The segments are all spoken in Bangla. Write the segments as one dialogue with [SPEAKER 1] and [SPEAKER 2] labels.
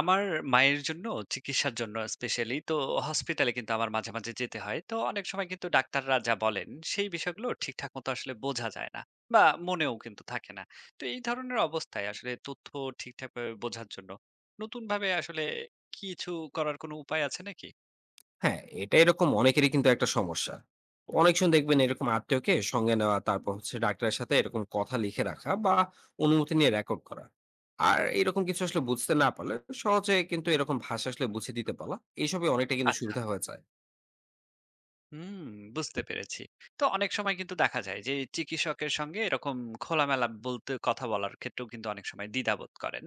[SPEAKER 1] আমার মায়ের জন্য চিকিৎসার জন্য স্পেশালি তো হসপিটালে কিন্তু আমার মাঝে, মাঝে যেতে হয়। তো অনেক সময় কিন্তু ডাক্তাররা যা বলেন সেই বিষয়গুলো ঠিকঠাক মতো আসলে বোঝা যায় না বা মনেও কিন্তু থাকে না। তো এই ধরনের অবস্থায় আসলে তথ্য ঠিকঠাকভাবে বোঝার জন্য নতুনভাবে আসলে কিছু করার কোনো উপায় আছে নাকি?
[SPEAKER 2] হ্যাঁ, এটা এরকম অনেকেরই কিন্তু একটা সমস্যা। অনেকজন দেখবেন এরকম আত্মীয়কে সঙ্গে নেওয়া, তারপর হচ্ছে ডাক্তারের সাথে এরকম কথা লিখে রাখা বা অনুমতি নিয়ে রেকর্ড করা। আর এরকম কিছু আসলে বুঝতে না পারলে সহজে কিন্তু এরকম ভাষা আসলে বুঝিয়ে দিতে পারা, এসবই অনেকটা কিন্তু
[SPEAKER 1] আচ্ছা।
[SPEAKER 2] সুবিধা হয়ে যায়।
[SPEAKER 1] হুম, বুঝতে পেরেছি। তো অনেক সময় কিন্তু দেখা যায় যে চিকিৎসকের সঙ্গে এরকম খোলামেলা বলতে কথা বলার ক্ষেত্রেও কিন্তু অনেক সময় দ্বিধাবোধ করেন।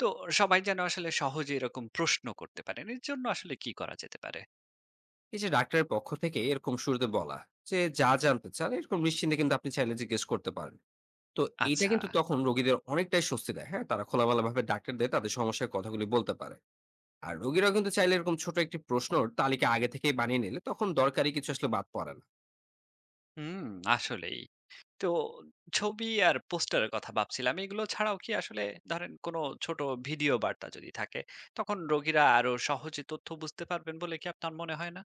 [SPEAKER 1] তো সবাই যেন আসলে সহজে এরকম প্রশ্ন করতে পারেন, এর জন্য আসলে কি করা যেতে পারে?
[SPEAKER 2] এই যে ডাক্তারের পক্ষ থেকে এরকম শুরুতে বলা যে যা জানতে চান এরকম নিশ্চিন্তে কিন্তু আপনি চাইলে জিজ্ঞেস করতে পারেন। তো এইটা
[SPEAKER 1] আচ্ছা,
[SPEAKER 2] কিন্তু তখন রোগীদের অনেকটাই স্বস্তি দেয়। হ্যাঁ? তারা খোলামেলাভাবে ডাক্তারদের তাদের সমস্যার কথাগুলি বলতে পারে। আর রোগীরা কিন্তু চাইলে এরকম ছোট একটি প্রশ্নর তালিকা আগে থেকেই বানিয়ে নিলে তখন দরকারি কিছু আসলে বাদ পড়ে না।
[SPEAKER 1] হুম, আসলেই। তো ছবি আর পোস্টারের কথা ভাবছিলাম। এগুলো ছাড়াও কি আসলে ধরেন কোনো ছোট ভিডিও বার্তা যদি থাকে, তখন রোগীরা আরো সহজে তথ্য বুঝতে পারবেন বলে কি আপনার মনে হয় না?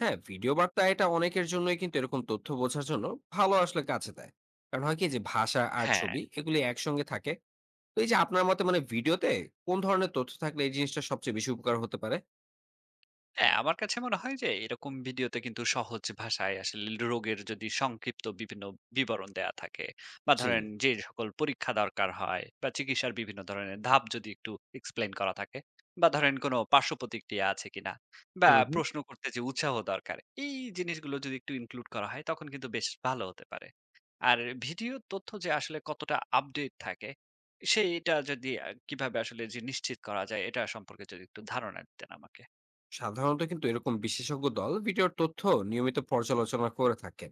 [SPEAKER 2] হ্যাঁ, ভিডিও বার্তা এটা অনেকের জন্যই কিন্তু এরকম তথ্য বোঝার জন্য ভালো আসলে কাছে দেয়, কারণ হয় কি যে ভাষা আর
[SPEAKER 1] হ্যাঁ।
[SPEAKER 2] ছবি এগুলি একসঙ্গে থাকে। তো এই যে আপনার মতে মানে ভিডিওতে কোন ধরনের তথ্য থাকলে এই জিনিসটা সবচেয়ে বেশি উপকার হতে পারে?
[SPEAKER 1] হ্যাঁ, আমার কাছে মনে হয় যে এরকম ভিডিওতে কিন্তু সহজ ভাষায় আসলে রোগের যদি সংক্ষিপ্ত বিভিন্ন বিবরণ দেয়া থাকে বা
[SPEAKER 2] জি।
[SPEAKER 1] ধরেন যে সকল পরীক্ষা দরকার হয় বা চিকিৎসার বিভিন্ন ধরনের ধাপ যদি একটু এক্সপ্লেন করা থাকে বা ধরেন কোনো পার্শ্ব প্রতিক্রিয়া আছে কিনা বা
[SPEAKER 2] হুম হুম
[SPEAKER 1] প্রশ্ন করতে যে উৎসাহ দরকার এই জিনিসগুলো যদি একটু ইনক্লুড করা হয় তখন কিন্তু বেশ ভালো হতে পারে আর ভিডিও তথ্য যে আসলে কতটা আপডেট থাকে সেইটা যদি কিভাবে আসলে যে নিশ্চিত করা যায় এটা সম্পর্কে যদি একটু ধারণা দিতেন আমাকে।
[SPEAKER 2] সাধারণত কিন্তু এরকম বিশেষজ্ঞ দল ভিডিওর তথ্য নিয়মিত পর্যালোচনা করে থাকেন।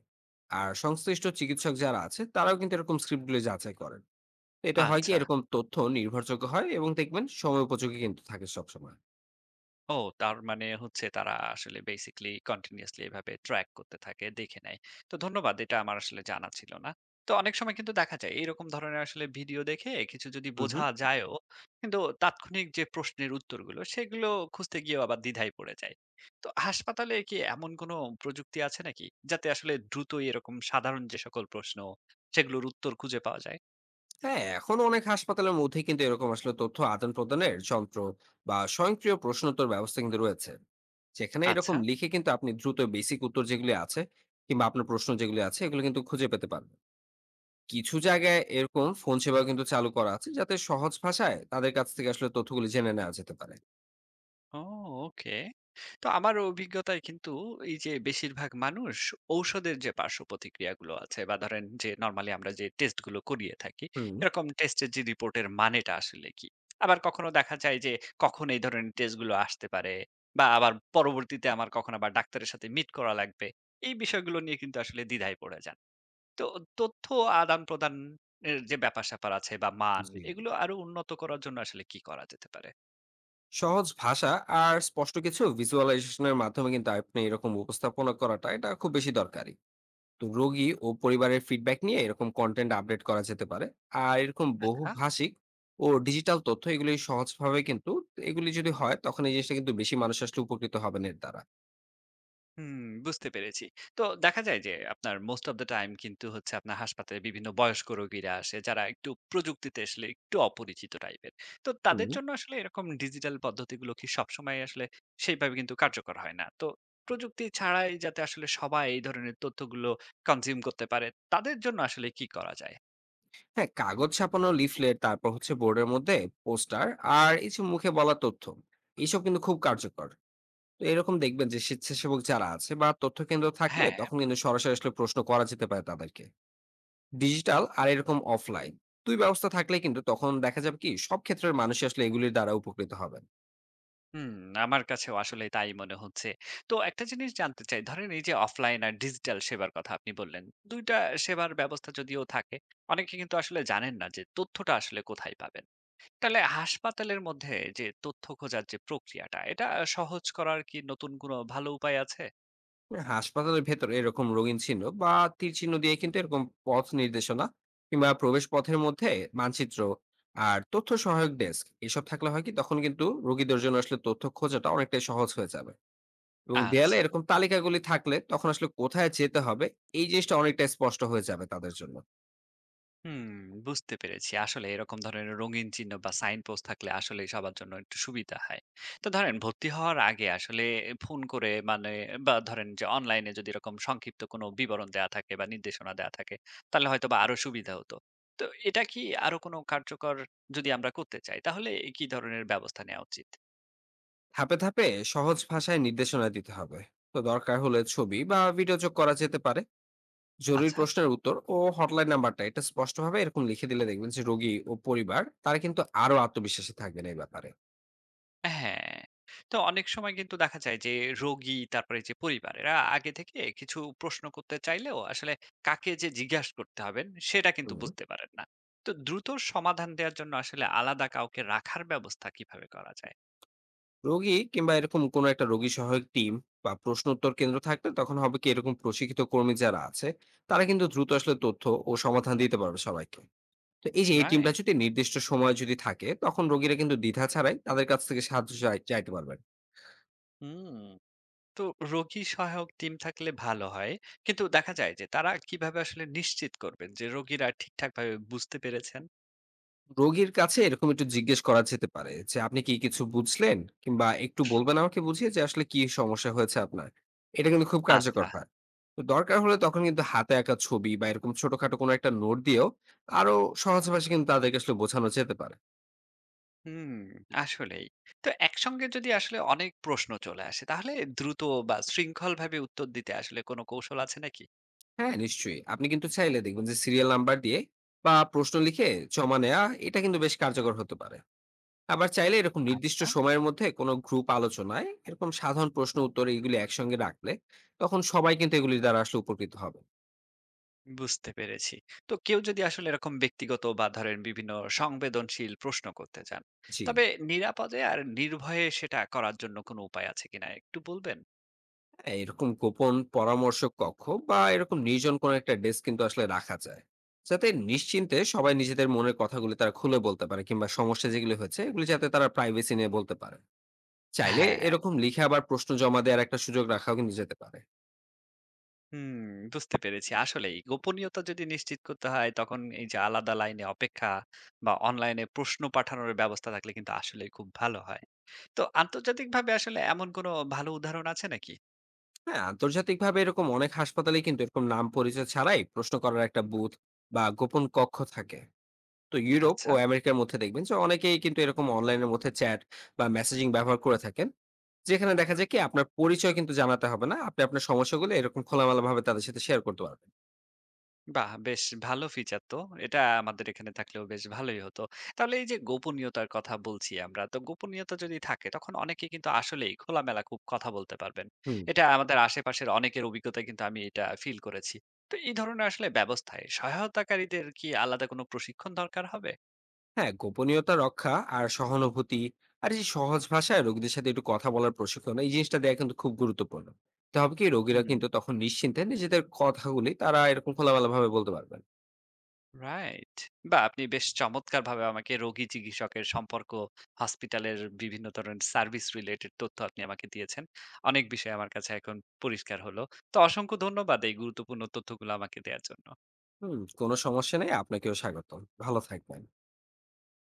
[SPEAKER 2] আর সংশ্লিষ্ট চিকিৎসক যারা আছে তারাও কিন্তু এরকম স্ক্রিপ্টগুলি যাচাই করেন। এটা হয় কি
[SPEAKER 1] আচ্ছা।
[SPEAKER 2] এরকম তথ্য নির্ভরযোগ্য হয় এবং দেখবেন সময় উপযোগী কিন্তু থাকে সবসময়।
[SPEAKER 1] ও, তার মানে হচ্ছে তারা আসলে বেসিক্যালি কন্টিনিউয়াসলি এভাবে ট্র্যাক করতে থাকে, দেখে নেয়। তো ধন্যবাদ। এটা আমার আসলে জানা ছিল না। তো অনেক সময় কিন্তু দেখা যায় এরকম ধরনের আসলে ভিডিও দেখে কিছু যদি
[SPEAKER 2] হুম
[SPEAKER 1] বোঝা
[SPEAKER 2] হুম
[SPEAKER 1] যায়ও, কিন্তু তাৎক্ষণিক যে প্রশ্নের উত্তরগুলো সেগুলো খুঁজতে গিয়েও আবার দ্বিধায় পড়ে যায়। তো হাসপাতালে কি এমন কোনো প্রযুক্তি আছে নাকি? যাতে আসলে দ্রুতই এরকম সাধারণ যে সকল প্রশ্ন সেগুলোর উত্তর খুঁজে পাওয়া যায়?
[SPEAKER 2] হ্যাঁ, এখন অনেক হাসপাতালের মধ্যে কিন্তু এরকম আসলে তথ্য আদান প্রদানের যন্ত্র বা স্বয়ংক্রিয় প্রশ্নোত্তর ব্যবস্থা কিন্তু রয়েছে, যেখানে
[SPEAKER 1] আচ্ছা।
[SPEAKER 2] এরকম লিখে কিন্তু আপনি দ্রুত বেসিক উত্তর যেগুলি আছে কিংবা আপনার প্রশ্ন যেগুলি আছে এগুলো কিন্তু খুঁজে পেতে পারবেন। কিছু জায়গায় এরকম ফোন সেবা কিন্তু চালু করা আছে, যাতে সহজ ভাষায় তাদের কাছ থেকে আসলে তথ্যগুলি জেনে নেওয়া যেতে পারে।
[SPEAKER 1] ও, ওকে। তো আমার অভিজ্ঞতায় কিন্তু এই যে বেশিরভাগ মানুষ ঔষধের যে পার্শ্ব প্রতিক্রিয়াগুলো আছে বা ধরেন যে নরমালি আমরা যে টেস্টগুলো করিয়ে থাকি
[SPEAKER 2] হুম।
[SPEAKER 1] এরকম টেস্টের যে রিপোর্টের মানেটা আসলে কি, আবার কখনো দেখা যায় যে কখন এই ধরনের টেস্টগুলো আসতে পারে বা আবার পরবর্তীতে আমার কখন আবার ডাক্তারের সাথে মিট করা লাগবে এই বিষয়গুলো নিয়ে কিন্তু আসলে দ্বিধায় পড়ে যান। তো তথ্য আদান প্রদান যে ব্যাপার স্যাপার আছে বা মান
[SPEAKER 2] জি,
[SPEAKER 1] এগুলো আরো উন্নত করার জন্য আসলে কি করা যেতে পারে?
[SPEAKER 2] সহজ ভাষা আর স্পষ্ট কিছু ভিজুয়ালাইজেশনের মাধ্যমে কিন্তু আপনি এরকম উপস্থাপনা করাটা এটা খুব বেশি দরকারি। তো রোগী ও পরিবারের ফিডব্যাক নিয়ে এরকম কন্টেন্ট আপডেট করা যেতে পারে। আর এরকম
[SPEAKER 1] আচ্ছা।
[SPEAKER 2] বহুভাষিক ও ডিজিটাল তথ্য এগুলি সহজভাবে কিন্তু এগুলি যদি হয় তখন এই জিনিসটা কিন্তু বেশি মানুষ আসলে উপকৃত হবেন এর দ্বারা।
[SPEAKER 1] হুম, বুঝতে পেরেছি। তো দেখা যায় যে আপনার মোস্ট অফ দ্যা টাইম কিন্তু হচ্ছে আপনার হাসপাতালে বিভিন্ন বয়স্ক রোগীরা আসে যারা একটু প্রযুক্তিতে আসলে একটু অপরিচিত টাইপের। তো তাদের
[SPEAKER 2] হুম।
[SPEAKER 1] জন্য আসলে এরকম ডিজিটাল পদ্ধতিগুলো কি সবসময় আসলে সেইভাবে কিন্তু কার্যকর হয় না। তো প্রযুক্তি ছাড়াই যাতে আসলে সবাই এই ধরনের তথ্যগুলো কনজিউম করতে পারে, তাদের জন্য আসলে কি করা যায়?
[SPEAKER 2] হ্যাঁ, কাগজ ছাপানো লিফলেট তারপর হচ্ছে বোর্ডের মধ্যে পোস্টার, আর এই যে মুখে বলা তথ্য, এইসব কিন্তু খুব কার্যকর। তো এরকম দেখবেন যে স্বেচ্ছাসেবক যারা আছে বা তথ্য কেন্দ্র থাকলে
[SPEAKER 1] হ্যাঁ,
[SPEAKER 2] তখন কিন্তু সরাসরি আসলে প্রশ্ন করা যেতে পারে তাদেরকে। ডিজিটাল আর এরকম অফলাইন দুই ব্যবস্থা থাকলে কিন্তু তখন দেখা যাবে কি সব ক্ষেত্রের মানুষ আসলে এগুলির দ্বারা উপকৃত হবেন।
[SPEAKER 1] হুম, আমার কাছেও আসলে তাই মনে হচ্ছে। তো একটা জিনিস জানতে চাই, ধরেন এই যে অফলাইন আর ডিজিটাল সেবার কথা আপনি বললেন, ২ টা সেবার ব্যবস্থা যদিও থাকে, অনেকে কিন্তু আসলে জানেন না যে তথ্যটা আসলে কোথায় পাবেন। তাহলে হাসপাতালের মধ্যে যে তথ্য খোঁজার যে প্রক্রিয়াটা, এটা সহজ করার কি নতুন কোনো ভালো উপায় আছে?
[SPEAKER 2] হাসপাতালের ভেতরে এরকম রঙিন চিহ্ন বা তীর চিহ্ন দিয়ে কিন্তু এরকম পথ নির্দেশনা কিংবা প্রবেশ পথের মধ্যে মানচিত্র আর তথ্য সহায়ক ডেস্ক এসব থাকলে হয় কি তখন কিন্তু রোগীদের জন্য আসলে তথ্য খোঁজাটা অনেকটাই সহজ হয়ে যাবে। এবং দেয়ালে
[SPEAKER 1] আচ্ছা।
[SPEAKER 2] এরকম তালিকাগুলি থাকলে তখন আসলে কোথায় যেতে হবে এই জিনিসটা অনেকটা স্পষ্ট হয়ে যাবে তাদের জন্য।
[SPEAKER 1] হুম, বুঝতে পেরেছি। আসলে এরকম ধরনের রঙিন চিহ্ন বা সাইন পোস্ট থাকলে আসলেই সবার জন্য একটু সুবিধা হয়। তো ধরেন ভর্তি হওয়ার আগে আসলে ফোন করে মানে বা ধরেন যে অনলাইনে যদি এরকম সংক্ষিপ্ত কোনো বিবরণ দেয়া থাকে বা নির্দেশনা দেয়া থাকে তাহলে হয়তোবা আরো সুবিধা হতো। তো এটা কি আরো কোনো কার্যকর যদি আমরা করতে চাই তাহলে কি ধরনের ব্যবস্থা নেওয়া উচিত?
[SPEAKER 2] ধাপে ধাপে সহজ ভাষায় নির্দেশনা দিতে হবে। তো দরকার হলে ছবি বা ভিডিও যোগ করা যেতে পারে। জরুরি
[SPEAKER 1] আচ্ছা।
[SPEAKER 2] প্রশ্নের উত্তর ও হটলাইন নাম্বারটা এটা স্পষ্টভাবে এরকম লিখে দিলে দেখবেন যে রোগী ও পরিবার তারা কিন্তু আরো আত্মবিশ্বাসী থাকবেন এই ব্যাপারে।
[SPEAKER 1] হ্যাঁ। তো অনেক সময় কিন্তু দেখা যায় যে রোগী তারপরে যে পরিবার এরা আগে থেকে কিছু প্রশ্ন করতে চাইলেও আসলে কাকে যে জিজ্ঞাসা করতে হবেন সেটা কিন্তু
[SPEAKER 2] হুম।
[SPEAKER 1] বুঝতে পারেন না। তো দ্রুত সমাধান দেওয়ার জন্য আসলে আলাদা কাউকে রাখার ব্যবস্থা কিভাবে করা যায়?
[SPEAKER 2] রোগী কিংবা এরকম কোনো একটা রোগী সহায়ক টিম বা প্রশ্ন উত্তর কেন্দ্র থাকলে তখন হবে কি এরকম প্রশিক্ষিত কর্মী যারা আছে তারা কিন্তু দ্রুত আসলে তথ্য ও সমাধান দিতে পারবে সবাইকে। তো এই যে এই টিমটা
[SPEAKER 1] রাইট।
[SPEAKER 2] যদি নির্দিষ্ট সময় যদি থাকে তখন রোগীরা কিন্তু দ্বিধা ছাড়াই তাদের কাছ থেকে সাহায্য চাইতে পারবেন।
[SPEAKER 1] হুম। তো রোগী সহায়ক টিম থাকলে ভালো হয়। কিন্তু দেখা যায় যে তারা কিভাবে আসলে নিশ্চিত করবেন যে রোগীরা ঠিকঠাকভাবে বুঝতে পেরেছেন?
[SPEAKER 2] রোগীর কাছে এরকম একটু জিজ্ঞেস করা যেতে পারে যে আপনি কি কিছু বুঝলেন, কিংবা একটু বলবেন আমাকে বুঝিয়ে যে আসলে কি সমস্যা হয়েছে আপনার। এটা কিন্তু খুব
[SPEAKER 1] আচ্ছা।
[SPEAKER 2] কার্যকর হয়। তো দরকার হলে তখন কিন্তু হাতে আঁকা ছবি বা এরকম ছোটখাটো কোনো একটা নোট দিয়েও আরো সহজ ভাষায় কিন্তু তাদেরকে আসলে বোঝানো যেতে পারে।
[SPEAKER 1] হুম, আসলেই। তো একসঙ্গে যদি আসলে অনেক প্রশ্ন চলে আসে, তাহলে দ্রুত বা শৃঙ্খলভাবে উত্তর দিতে আসলে কোনো কৌশল আছে নাকি?
[SPEAKER 2] হ্যাঁ, নিশ্চয়ই আপনি কিন্তু চাইলে দেখবেন যে সিরিয়াল নাম্বার দিয়ে বা প্রশ্ন লিখে জমা নেওয়া এটা কিন্তু বেশ কার্যকর হতে পারে। আবার চাইলে এরকম নির্দিষ্ট
[SPEAKER 1] আচ্ছা,
[SPEAKER 2] সময়ের মধ্যে কোনো গ্রুপ আলোচনায় এরকম সাধারণ প্রশ্ন উত্তর এগুলি একসঙ্গে রাখলে তখন সবাই কিন্তু এগুলি দ্বারা আসলে উপকৃত হবে।
[SPEAKER 1] বুঝতে পেরেছি। তো কেউ যদি আসলে এরকম ব্যক্তিগত বা ধরেন বিভিন্ন সংবেদনশীল প্রশ্ন করতে চান,
[SPEAKER 2] জি।
[SPEAKER 1] তবে নিরাপদে আর নির্ভয়ে সেটা করার জন্য কোনো উপায় আছে কিনা একটু বলবেন?
[SPEAKER 2] হ্যাঁ, এরকম গোপন পরামর্শ কক্ষ বা এরকম নির্জন কোনো একটা ডেস্ক কিন্তু আসলে রাখা যায়, যাতে নিশ্চিন্তে সবাই নিজেদের মনের কথাগুলি তারা খুলে বলতে পারে কিংবা সমস্যা যেগুলি হয়েছে এগুলি যাতে তারা প্রাইভেসি নিয়ে বলতে পারে। চাইলে
[SPEAKER 1] হ্যাঁ,
[SPEAKER 2] এরকম লিখে আবার প্রশ্ন জমা দেওয়ার একটা সুযোগ রাখাও কিন্তু যেতে পারে।
[SPEAKER 1] হুম, বুঝতে পেরেছি। আসলেই গোপনীয়তা যদি নিশ্চিত করতে হয়, তখন এই যে আলাদা লাইনে অপেক্ষা বা অনলাইনে প্রশ্ন পাঠানোর ব্যবস্থা থাকলে কিন্তু আসলেই খুব ভালো হয়। তো আন্তর্জাতিকভাবে আসলে এমন কোনো ভালো উদাহরণ আছে নাকি?
[SPEAKER 2] হ্যাঁ, আন্তর্জাতিকভাবে এরকম অনেক হাসপাতালে কিন্তু এরকম নাম পরিচয় ছাড়াই প্রশ্ন করার একটা বুথ বা গোপন কক্ষ থাকে। তো ইউরোপ ও
[SPEAKER 1] আচ্ছা,
[SPEAKER 2] আমেরিকার মধ্যে দেখবেন যে অনেকেই কিন্তু এরকম অনলাইনের মধ্যে চ্যাট বা মেসেজিং ব্যবহার করে থাকেন, যেখানে দেখা যায় কি আপনার পরিচয় কিন্তু জানাতে হবে না, আপনি আপনার সমস্যাগুলো এরকম খোলামেলা ভাবে তাদের সাথে শেয়ার করতে পারবেন।
[SPEAKER 1] বাহ! বেশ ভালো ফিচার তো। এটা আমাদের এখানে থাকলেও বেশ ভালোই হতো। তাহলে এই যে গোপনীয়তার কথা বলছি আমরা, তো গোপনীয়তা যদি থাকে তখন অনেকে কিন্তু আসলেই খোলামেলা খুব কথা বলতে পারবেন।
[SPEAKER 2] হুম।
[SPEAKER 1] এটা আমাদের আশেপাশের অনেকের অভিজ্ঞতায় কিন্তু আমি এটা ফিল করেছি। তো এই ধরনের আসলে ব্যবস্থায় সহায়তাকারীদের কি আলাদা কোনো প্রশিক্ষণ দরকার হবে?
[SPEAKER 2] হ্যাঁ, গোপনীয়তা রক্ষা আর সহানুভূতি আর এই যে সহজ ভাষায় রোগীদের সাথে একটু কথা বলার প্রশিক্ষণ এই জিনিসটা দেওয়া কিন্তু খুব গুরুত্বপূর্ণ। তা হবে কি রোগীরা
[SPEAKER 1] হুম।
[SPEAKER 2] কিন্তু তখন নিশ্চিন্তে নিজেদের কথাগুলি তারা এরকম খোলামেলা ভাবে বলতে পারবেন।
[SPEAKER 1] রাইট। বাহ! আপনি বেশ চমৎকারভাবে আমাকে রোগী চিকিৎসকের সম্পর্ক, হসপিটালের বিভিন্ন ধরনের সার্ভিস রিলেটেড তথ্য আপনি আমাকে দিয়েছেন। অনেক বিষয় আমার কাছে এখন পরিষ্কার হলো। তো অসংখ্য ধন্যবাদ এই গুরুত্বপূর্ণ তথ্যগুলো আমাকে দেয়ার জন্য।
[SPEAKER 2] হুম, কোনো সমস্যা নেই। আপনাকেও স্বাগতম। ভালো থাকবেন।